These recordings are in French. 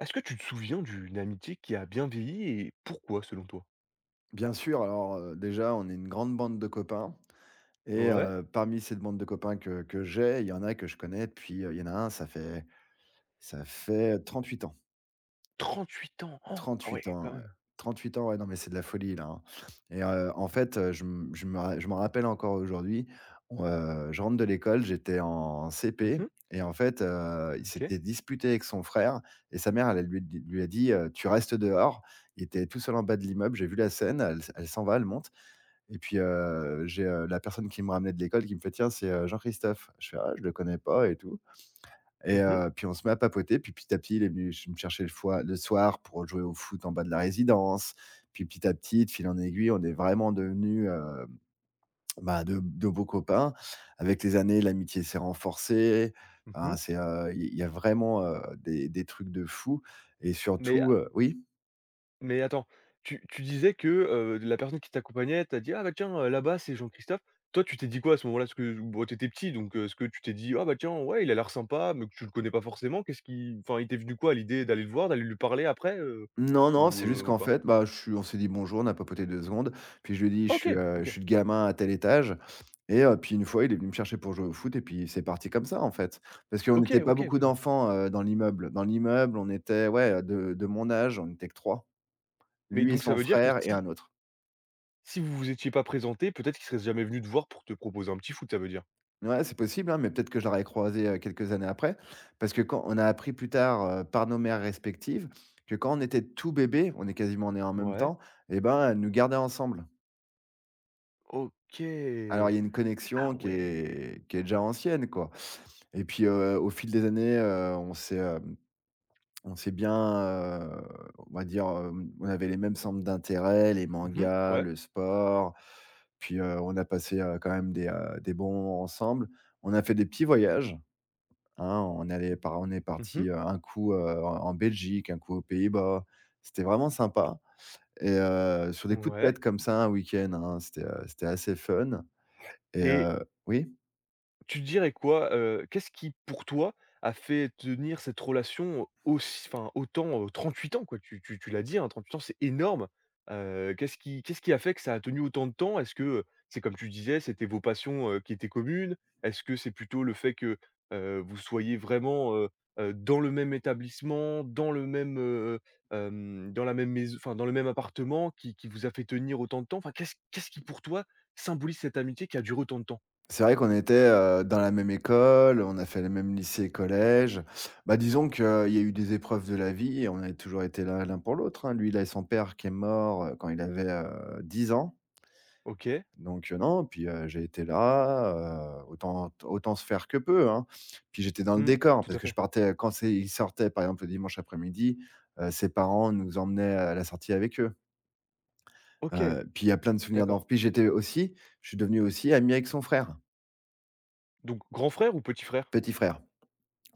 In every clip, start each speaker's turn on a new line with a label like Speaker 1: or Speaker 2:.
Speaker 1: Est-ce que tu te souviens d'une amitié qui a bien vieilli et pourquoi selon toi?
Speaker 2: Bien sûr, alors, déjà, on est une grande bande de copains et
Speaker 1: Ouais,
Speaker 2: parmi cette bande de copains que j'ai, il y en a que je connais depuis, il y en a un, ça fait 38 ans.
Speaker 1: trente-huit ans! Oh! Ah
Speaker 2: 38
Speaker 1: ouais, quand
Speaker 2: ans,
Speaker 1: même.
Speaker 2: ouais. Ouais, non, mais c'est de la folie, là, hein. Et en fait, je m'en rappelle encore aujourd'hui. Je rentre de l'école, j'étais en CP
Speaker 1: Mmh.
Speaker 2: et en fait, il
Speaker 1: OK.
Speaker 2: s'était disputé avec son frère et sa mère, elle lui a dit: «Tu restes dehors». Il était tout seul en bas de l'immeuble, j'ai vu la scène, elle s'en va, elle monte. Et puis, la personne qui me ramenait de l'école qui me fait: «Tiens, c'est, Jean-Christophe». Je fais: «Ah, je le connais pas et tout». Et
Speaker 1: Mmh mh.
Speaker 2: puis on se met à papoter, puis petit à petit, il est venu ch me chercher le soir pour jouer au foot en bas de la résidence. Puis petit à petit, de fil en aiguille, on est vraiment devenus, bah, de beaux copains. Avec les années, l'amitié s'est renforcée. Enfin,
Speaker 1: Mmh.
Speaker 2: il y a vraiment, des trucs de fou et
Speaker 1: Mais
Speaker 2: surtout,
Speaker 1: a
Speaker 2: oui?
Speaker 1: mais attends, tu disais que, la personne qui t'accompagnait t'a dit: «Ah bah tiens, là-bas, c'est Jean-Christophe». Toi, tu t'es dit quoi à ce moment-là? Parce que bon, tu petit, donc est-ce que tu t'es dit: «Ah bah tiens, ouais, il a l'air sympa», mais que tu le connais pas forcément? Qu'est-ce qui enfin, il t'est venu quoi à l'idée d'aller le voir, d'aller lui parler après, heu,
Speaker 2: Non, non,
Speaker 1: ou
Speaker 2: c'est juste
Speaker 1: heu, ou
Speaker 2: qu'en
Speaker 1: pas?
Speaker 2: fait, bah, je suis on s'est dit: «Bonjour», on a papoté 2 secondes, puis je lui ai dit: «Je suis,
Speaker 1: OK,
Speaker 2: heu, je
Speaker 1: OK.
Speaker 2: suis le gamin à tel étage». Et puis une fois, il est venu me chercher pour jouer au foot et puis c'est parti comme ça, en fait. Parce qu'on
Speaker 1: OK,
Speaker 2: n'était pas
Speaker 1: OK,
Speaker 2: beaucoup
Speaker 1: ouais, ouais.
Speaker 2: d'enfants, dans l'immeuble. Dans l'immeuble, on était, ouais, de mon âge, on était que 3.
Speaker 1: Mais
Speaker 2: Lui et
Speaker 1: donc, ça
Speaker 2: son
Speaker 1: veut dire que
Speaker 2: frère et
Speaker 1: si
Speaker 2: un autre.
Speaker 1: Si vous vous étiez pas présenté, peut-être qu'il serait jamais venu te voir pour te proposer un petit foot, ça veut dire?
Speaker 2: Ouais, c'est possible, hein, mais peut-être que je l'aurais croisé, quelques années après. Parce que quand on a appris plus tard, par nos mères respectives que quand on était tout bébé, on est quasiment nés en même
Speaker 1: Ouais.
Speaker 2: temps et ben, elles nous gardaient ensemble. Alors
Speaker 1: OK.
Speaker 2: il y a une
Speaker 1: Ah
Speaker 2: connexion qui
Speaker 1: ouais.
Speaker 2: est qui est déjà ancienne, quoi. Et puis, au fil des années, on s'est bien, heu, on va dire, on avait les mêmes centres d'intérêt, les
Speaker 1: Mmh.
Speaker 2: mangas,
Speaker 1: Ouais.
Speaker 2: le sport, puis, on a passé, quand même des bons moments ensemble. On a fait des petits voyages, hein, on est
Speaker 1: Mmh.
Speaker 2: parti, un coup, en Belgique, un coup aux Pays-Bas. C'était vraiment sympa. Et sur des coups de
Speaker 1: Ouais
Speaker 2: tête comme ça, un week-end, hein, c'était assez fun. Et
Speaker 1: et...
Speaker 2: oui?
Speaker 1: Tu dirais quoi, qu'est-ce qui pour toi a fait tenir cette relation aussi enfin autant, 38 ans quoi, tu l'as dit, hein, 38 ans c'est énorme. Qu'est-ce qui a fait que ça a tenu autant de temps? Est-ce que, c'est comme tu disais, c'était vos passions, qui étaient communes? Est-ce que c'est plutôt le fait que, vous soyez vraiment, dans le même établissement, dans le même, heu, dans la même maison enfin dans le même appartement qui vous a fait tenir autant de temps? Enfin qu'est-ce qui pour toi symbolise cette amitié qui a duré autant de temps?
Speaker 2: C'est vrai qu'on était, dans la même école, on a fait le même lycée et collège. Bah, disons qu'il y a eu des épreuves de la vie et on a toujours été là l'un pour l'autre, hein. Lui, il a son père qui est mort, quand il avait, 10 ans.
Speaker 1: OK.
Speaker 2: Donc, non, puis, j'ai été là, autant se faire que peu, hein. Puis j'étais dans le
Speaker 1: Mmh.
Speaker 2: décor
Speaker 1: Tout
Speaker 2: parce
Speaker 1: à
Speaker 2: que je
Speaker 1: fait.
Speaker 2: partais quand c'est ils sortaient, par exemple, le dimanche après-midi, ses parents nous emmenaient à la sortie avec eux.
Speaker 1: OK,
Speaker 2: Puis il y a plein de souvenirs
Speaker 1: d'accord.
Speaker 2: d'enfance. Puis j'étais aussi Je suis devenu aussi ami avec son frère,
Speaker 1: Donc grand frère ou petit frère?
Speaker 2: petit frère.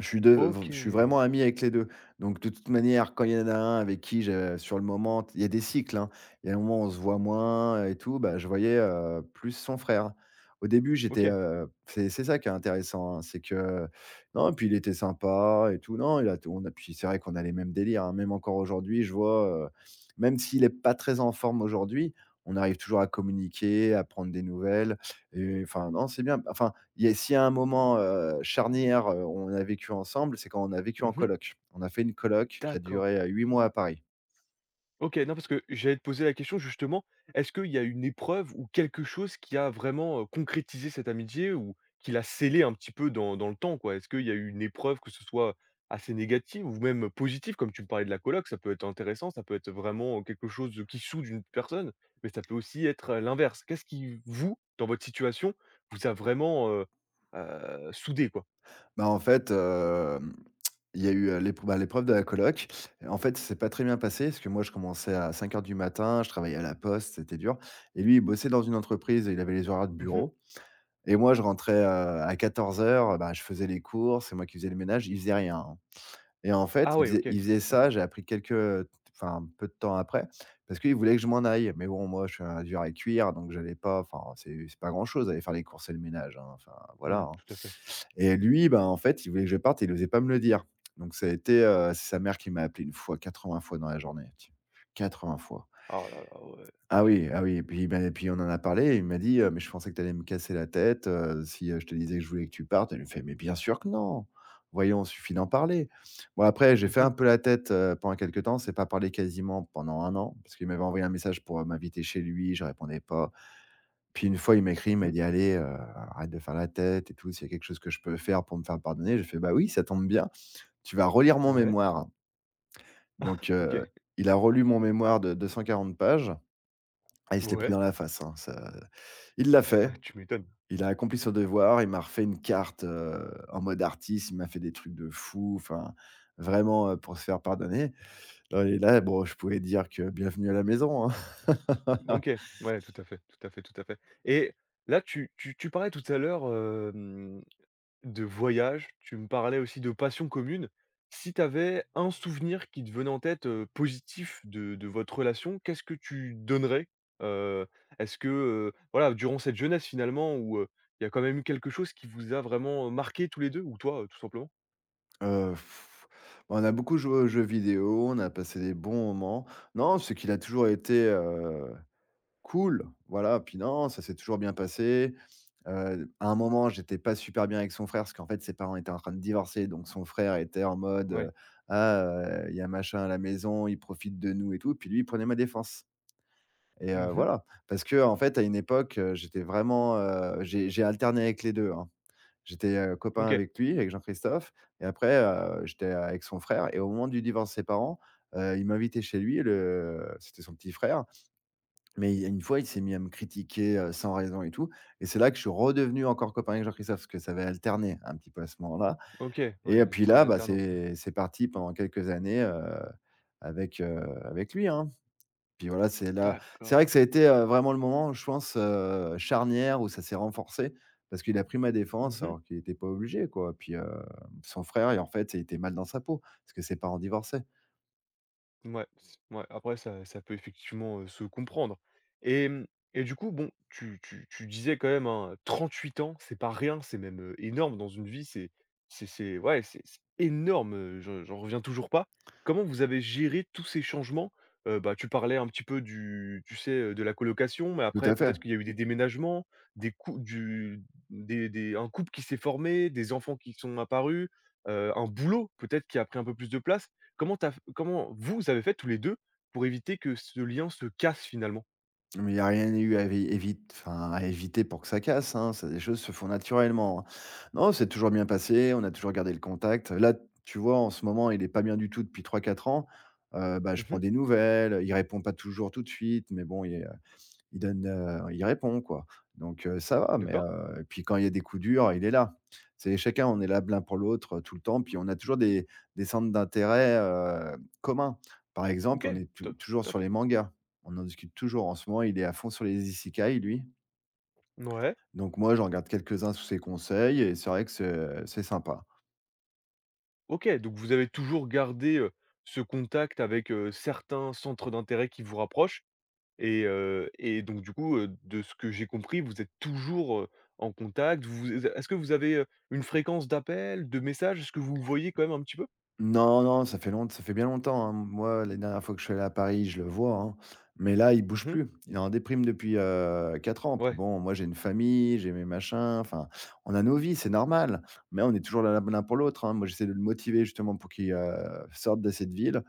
Speaker 2: Je suis de je suis
Speaker 1: OK,
Speaker 2: vraiment ami avec les 2. Donc de toute manière, quand il y en a un avec qui je sur le moment il y a des cycles, hein. Il y a un moment, où on se voit moins et tout, bah, je voyais, plus son frère. Au début,
Speaker 1: OK.
Speaker 2: c'est ça qui est intéressant, hein, c'est que non, et puis il était sympa et tout. Non, il a t on a puis c'est vrai qu'on a les mêmes délires, hein. Même encore aujourd'hui, je vois, même s'il est pas très en forme aujourd'hui, on arrive toujours à communiquer, à prendre des nouvelles. Et enfin non, c'est bien. Enfin, il y a s'il y a un moment, charnière, on a vécu ensemble, c'est quand on a vécu en
Speaker 1: Mmh.
Speaker 2: coloc. On a fait une coloc qui a
Speaker 1: D'accord.
Speaker 2: duré, 8 mois à Paris.
Speaker 1: OK, non, parce que j'allais te poser la question justement, est-ce qu'il y a une épreuve ou quelque chose qui a vraiment, concrétisé cette amitié ou qui l'a scellée un petit peu dans le temps, quoi? Est-ce qu'il y a eu une épreuve, que ce soit assez négative ou même positive? Comme tu me parlais de la coloc, ça peut être intéressant, ça peut être vraiment quelque chose qui soude une personne, mais ça peut aussi être, l'inverse. Qu'est-ce qui vous, dans votre situation, vous a vraiment, soudés, quoi?
Speaker 2: Bah, en fait, il y a eu, l'épreuve de la coloc. En fait, c'est pas très bien passé parce que moi, je commençais à 5 heures du matin, je travaillais à la poste, c'était dur. Et lui, il bossait dans une entreprise et il avait les horaires de
Speaker 1: Mmh.
Speaker 2: bureau. Et moi, je rentrais, à 14 heures. Bah, je faisais les courses, c'est moi qui faisais le ménage, il faisait rien. Et en fait,
Speaker 1: Ah
Speaker 2: il
Speaker 1: ouais,
Speaker 2: faisait
Speaker 1: OK,
Speaker 2: il faisait ça,
Speaker 1: d'accord.
Speaker 2: j'ai appris quelques, t enfin, peu de temps après, parce qu'il voulait que je m'en aille. Mais bon, moi, je suis un dur à cuire, donc j'allais pas enfin, c'est pas grand-chose, aller faire les courses et le ménage, hein, enfin, voilà,
Speaker 1: Mmh,
Speaker 2: hein.
Speaker 1: tout à fait.
Speaker 2: Et lui, ben, en fait, il voulait que je parte et il osait pas me le dire. Donc c'est sa mère qui m'a appelé une fois, 80 fois dans la journée. 80 fois.
Speaker 1: Oh là là, ouais,
Speaker 2: Ah
Speaker 1: OK.
Speaker 2: oui, ah oui et puis on en a parlé. Il m'a dit: Mais je pensais que tu allais me casser la tête, si, je te disais que je voulais que tu partes». Elle lui fait: «Mais bien sûr que non, voyons, suffit d'en parler». Bon après j'ai
Speaker 1: Mmh
Speaker 2: fait un
Speaker 1: mh.
Speaker 2: peu la tête, pendant quelque temps, c'est pas parlé quasiment pendant un an parce qu'il m'avait envoyé un message pour, m'inviter chez lui, je répondais pas. Puis une fois il m'écrit, il m'a
Speaker 1: Mmh.
Speaker 2: dit: «Allez, arrête de faire la tête et tout, s'il y a quelque chose que je peux faire pour me faire pardonner». J'ai fait: «Bah oui, ça tombe bien, tu vas relire mon
Speaker 1: Ouais.
Speaker 2: mémoire». Donc
Speaker 1: Ah, OK.
Speaker 2: il a relu mon mémoire de 240 pages. Ah, il se l'est pris
Speaker 1: Ouais.
Speaker 2: dans la face, hein, ça il l'a
Speaker 1: Ah,
Speaker 2: fait,
Speaker 1: tu m'étonnes.
Speaker 2: il a accompli son devoir, il m'a refait une carte, en mode artiste, il m'a fait des trucs de fou, enfin vraiment, pour se faire pardonner. Et là, bon, je pouvais dire que: «Bienvenue à la maison», hein.
Speaker 1: OK. Ouais, tout à fait, tout à fait, tout à fait. Et là, tu parlais tout à l'heure, de voyage, tu me parlais aussi de passion commune. Si tu avais un souvenir qui te venait en tête, positif de votre relation, qu'est-ce que tu donnerais? Heu, est-ce que, voilà, durant cette jeunesse finalement où, il y a quand même eu quelque chose qui vous a vraiment, marqués tous les 2, ou toi, tout simplement?
Speaker 2: Heu, on a beaucoup joué aux jeux vidéo, on a passé des bons moments. Non, c'est qu'il a toujours été, cool, voilà, puis non, ça s'est toujours bien passé. À un moment, j'étais pas super bien avec son frère parce qu'en fait, ses parents étaient en train de divorcer, donc son frère était en mode:
Speaker 1: Ouais.
Speaker 2: «Ah, il y a machin à la maison, il profite de nous et tout», puis lui, il prenait ma défense et
Speaker 1: Mmh.
Speaker 2: voilà. Parce que en fait, à une époque, j'ai alterné avec les deux, hein. J'étais, copain
Speaker 1: OK,
Speaker 2: avec lui, avec Jean-Christophe. Et après, j'étais avec son frère. Et au moment du divorce de ses parents, il m'invitait chez lui, le c'était son petit frère, mais il y a une fois, il s'est mis à me critiquer, sans raison et tout. Et c'est là que je suis redevenu encore copain avec Jean-Christophe parce que ça avait alterné un petit peu à ce moment-là.
Speaker 1: OK, ouais,
Speaker 2: Et
Speaker 1: une
Speaker 2: puis
Speaker 1: sorte
Speaker 2: là, bah,
Speaker 1: d'alternance, ouais.
Speaker 2: c'est parti pendant quelques années, avec, heu, avec lui, hein. Puis voilà, c'est
Speaker 1: D'accord.
Speaker 2: vrai que ça a été, vraiment le moment, je pense, charnière où ça s'est renforcé parce qu'il a pris ma défense
Speaker 1: Mmh.
Speaker 2: alors qu'il n'était pas obligé, quoi. Puis, son frère et en fait, il était mal dans sa peau parce que ses parents divorçaient.
Speaker 1: Ouais, c mouais, après ça ça peut effectivement, se comprendre et et du coup, bon, tu disais quand même, hein, huit ans, c'est pas rien, c'est même, énorme dans une vie, c'est ouais, c'est énorme, je j'en reviens toujours pas. Comment vous avez géré tous ces changements? Bah, tu parlais un petit peu du tu sais, de la colocation, mais
Speaker 2: Tout
Speaker 1: après
Speaker 2: à fait.
Speaker 1: peut-être qu'il y a eu des déménagements, des cou du des un couple qui s'est formé, des enfants qui sont apparus, un boulot peut-être qui a pris un peu plus de place. Comment tu as f comment vous avez fait tous les 2 pour éviter que ce lien se casse finalement?
Speaker 2: Mais il y a rien eu à à éviter pour que ça casse, hein, c'est des choses se font naturellement, hein. Non, c'est toujours bien passé, on a toujours gardé le contact. Là, tu vois, en ce moment, il est pas bien du tout depuis 3, 4 ans, bah, je prends
Speaker 1: Mmh.
Speaker 2: des nouvelles, il répond pas toujours tout de suite, mais bon, il est, il donne, il répond quoi, donc ça va, mais
Speaker 1: D'accord.
Speaker 2: et puis quand il y a des coups durs, il est là. C'est chacun, on est là l'un pour l'autre, tout le temps, puis on a toujours des centres d'intérêt, communs. Par exemple, on
Speaker 1: OK,
Speaker 2: est
Speaker 1: top,
Speaker 2: toujours sur
Speaker 1: top.
Speaker 2: les mangas. On en discute toujours. En ce moment, il est à fond sur les isekai, lui,
Speaker 1: Ouais,
Speaker 2: donc moi, j'en regarde quelques-uns sous ses conseils et c'est vrai que c'est sympa.
Speaker 1: OK, donc vous avez toujours gardé, ce contact avec, certains centres d'intérêt qui vous rapprochent et donc du coup, de ce que j'ai compris, vous êtes toujours, en contact. Vous est-ce que vous avez, une fréquence d'appels, de messages? Est-ce que vous vous voyez quand même un petit peu?
Speaker 2: Non, non, ça fait bien longtemps, hein. Moi, les dernières fois que je suis allé à Paris, je le vois, hein, mais là, il bouge
Speaker 1: Mmh.
Speaker 2: plus. Il est en déprime depuis, 4 ans. Puis
Speaker 1: Ouais,
Speaker 2: bon, moi, j'ai une famille, j'ai mes machins, enfin, on a nos vies, c'est normal, mais on est toujours là l'un pour l'autre, hein. Moi, j'essaie de le motiver justement pour qu'il, sorte de cette ville.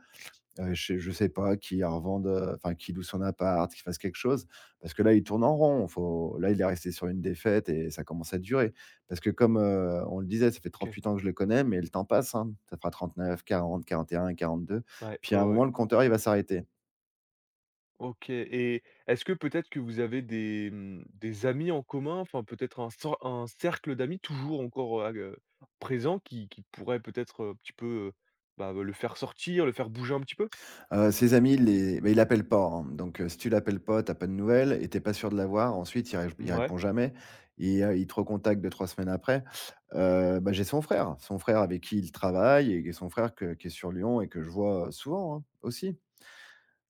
Speaker 2: Je sais pas, qui revende, enfin qui loue son appart, qui fasse quelque chose. Parce que là, il tourne en rond. Faut là, il est resté sur une défaite et ça commence à durer. Parce que comme on le disait, ça fait
Speaker 1: OK.
Speaker 2: 38 ans que je le connais, mais le temps passe, hein. Ça fera 39, 40, 41, 42.
Speaker 1: Ouais,
Speaker 2: Puis
Speaker 1: ouais,
Speaker 2: à un moment,
Speaker 1: ouais.
Speaker 2: le compteur, il va s'arrêter.
Speaker 1: OK et est-ce que peut-être que vous avez des amis en commun, enfin peut-être un cercle d'amis toujours encore, présent qui pourrait peut-être, un petit peu, bah, le faire sortir, le faire bouger un petit peu?
Speaker 2: Ses amis, il les bah, il appelle pas, hein, donc si tu l'appelles pas, t'as pas de nouvelles et tu pas sûr de l'avoir. Ensuite, il
Speaker 1: Ouais.
Speaker 2: répond jamais et il te recontacte deux trois semaines après. Bah, j'ai son frère avec qui il travaille et son frère que qui est sur Lyon et que je vois, souvent, hein, aussi.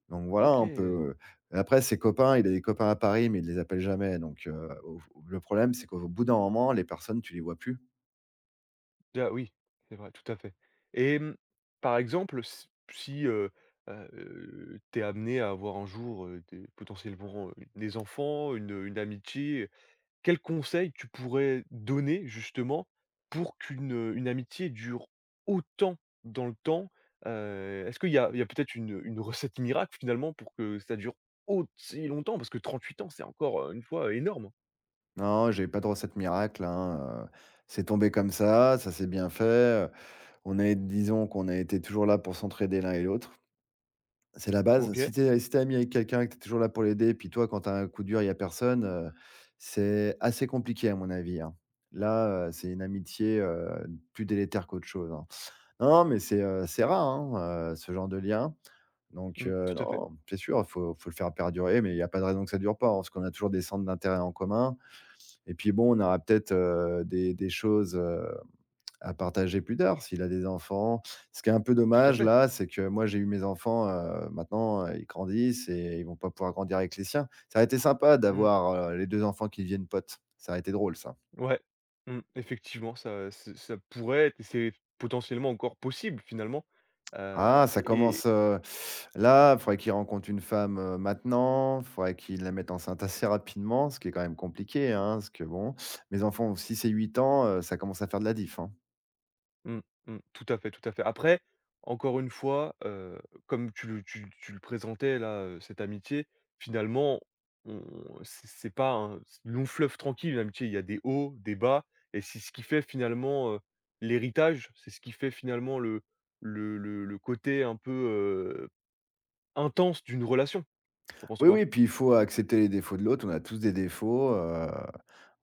Speaker 2: Donc voilà, on
Speaker 1: OK.
Speaker 2: peut. Après ses copains, il a des copains à Paris, mais il les appelle jamais donc au f le problème, c'est qu'au bout d'un moment, les personnes, tu les vois plus.
Speaker 1: Déjà oui, c'est vrai, tout à fait et par exemple, s si, tu es amené à avoir un jour, des, potentiellement, des enfants, une amitié, quel conseil tu pourrais donner justement pour qu'une amitié dure autant dans le temps? Est-ce qu'il y a il y a peut-être une recette miracle finalement pour que ça dure aussi longtemps? Parce que 38 ans, c'est encore, une fois énorme.
Speaker 2: Non, j'ai pas de recette miracle, hein, c'est tombé comme ça s'est bien fait, on est disons qu'on a été toujours là pour s'entraider l'un et l'autre. C'est la base. Si
Speaker 1: OK.
Speaker 2: tu es si tu es ami avec quelqu'un, que tu es toujours là pour l'aider, puis toi, quand tu as un coup dur, il y a personne, c'est assez compliqué à mon avis, hein. Là, c'est une amitié, plus délétère qu'autre chose, hein. Non, mais c'est c'est rare, hein, ce genre de lien. Donc,
Speaker 1: Mmh, tout à fait,
Speaker 2: non, c'est sûr, il faut le faire perdurer, mais il y a pas de raison que ça dure pas, hein, parce qu'on a toujours des centres d'intérêt en commun et puis bon, on aura peut-être, des choses, à partager plus tard, s'il a des enfants. Ce qui est un peu
Speaker 1: tout à
Speaker 2: dommage
Speaker 1: fait.
Speaker 2: là, c'est que moi j'ai eu mes enfants, maintenant, ils grandissent et ils vont pas pouvoir grandir avec les siens. Ça a été sympa
Speaker 1: Mmh,
Speaker 2: d'avoir, les 2 enfants qui deviennent potes. Ça a été drôle ça.
Speaker 1: ouais. Mmh, effectivement, ça pourrait être et c'est potentiellement encore possible finalement,
Speaker 2: Ah, ça commence,
Speaker 1: et
Speaker 2: là, il faudrait qu'il rencontre une femme, maintenant, il faudrait qu'il la mette enceinte assez rapidement, ce qui est quand même compliqué, hein, parce que bon, mes enfants, si c'est 8 ans, ça commence à faire de la diff, hein.
Speaker 1: mmh, mmh. Tout à fait, tout à fait. Après, encore une fois, comme tu le présentais là, cette amitié, finalement, on c'est pas un long fleuve tranquille, une amitié. Il y a des hauts, des bas et c'est ce qui fait finalement, l'héritage. C'est ce qui fait finalement le côté un peu, intense d'une relation. Tu penses
Speaker 2: Oui,
Speaker 1: quoi?
Speaker 2: oui, puis il faut accepter les défauts de l'autre. On a tous des défauts,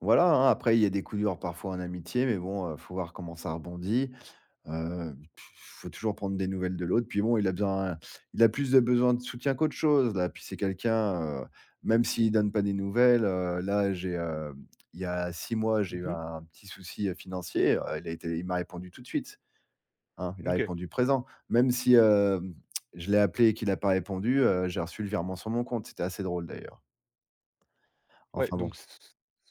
Speaker 2: voilà, hein. Après, il y a des coups durs parfois en amitié, mais bon, faut voir comment ça rebondit. Faut toujours prendre des nouvelles de l'autre. Puis bon, il a plus de besoin de soutien qu'autre chose, là. Puis c'est quelqu'un, même s'il donne pas des nouvelles, là, il y a 6 mois, j'ai eu
Speaker 1: Mmh.
Speaker 2: un petit souci, financier, il a été il m'a répondu tout de suite. Hein, il a
Speaker 1: OK.
Speaker 2: répondu présent. Même si, je l'ai appelé et qu'il n'a pas répondu, j'ai reçu le virement sur mon compte. C'était assez drôle d'ailleurs.
Speaker 1: Ouais,
Speaker 2: Enfin bon.
Speaker 1: donc ç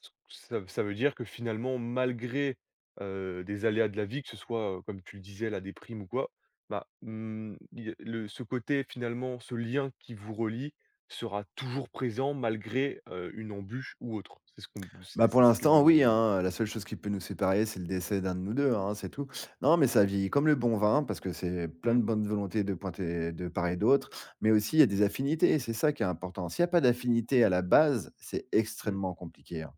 Speaker 1: ç ça ça veut dire que finalement, malgré, des aléas de la vie, que ce soit, comme tu le disais, la déprime ou quoi, bah, il y a le ce côté finalement, ce lien qui vous relie sera toujours présent malgré, une embûche ou autre.
Speaker 2: Bah,
Speaker 1: C'est
Speaker 2: pour
Speaker 1: c'est ce que,
Speaker 2: l'instant, oui, hein, la seule chose qui peut nous séparer, c'est le décès d'un de nous 2. Hein, c'est tout. Non, mais ça vieillit comme le bon vin hein, parce que c'est plein
Speaker 1: mmh mh.
Speaker 2: de bonne volonté de pointer de part et d'autre, mais aussi il y a des affinités, c'est ça qui est important. S'il n'y a pas d'affinité à la base, c'est extrêmement compliqué, hein.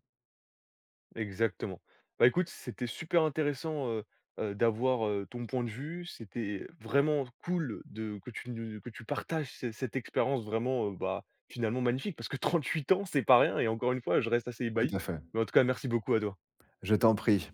Speaker 1: Exactement. Bah, écoute, c'était super intéressant, d'avoir, ton point de vue. C'était vraiment cool de que tu ne que tu partages ce cette expérience vraiment, bah, finalement magnifique parce que 38 ans, c'est pas rien et encore une fois, je reste assez ébahi.
Speaker 2: Tout à fait.
Speaker 1: Mais en tout cas, merci beaucoup à toi.
Speaker 2: Je t'en prie.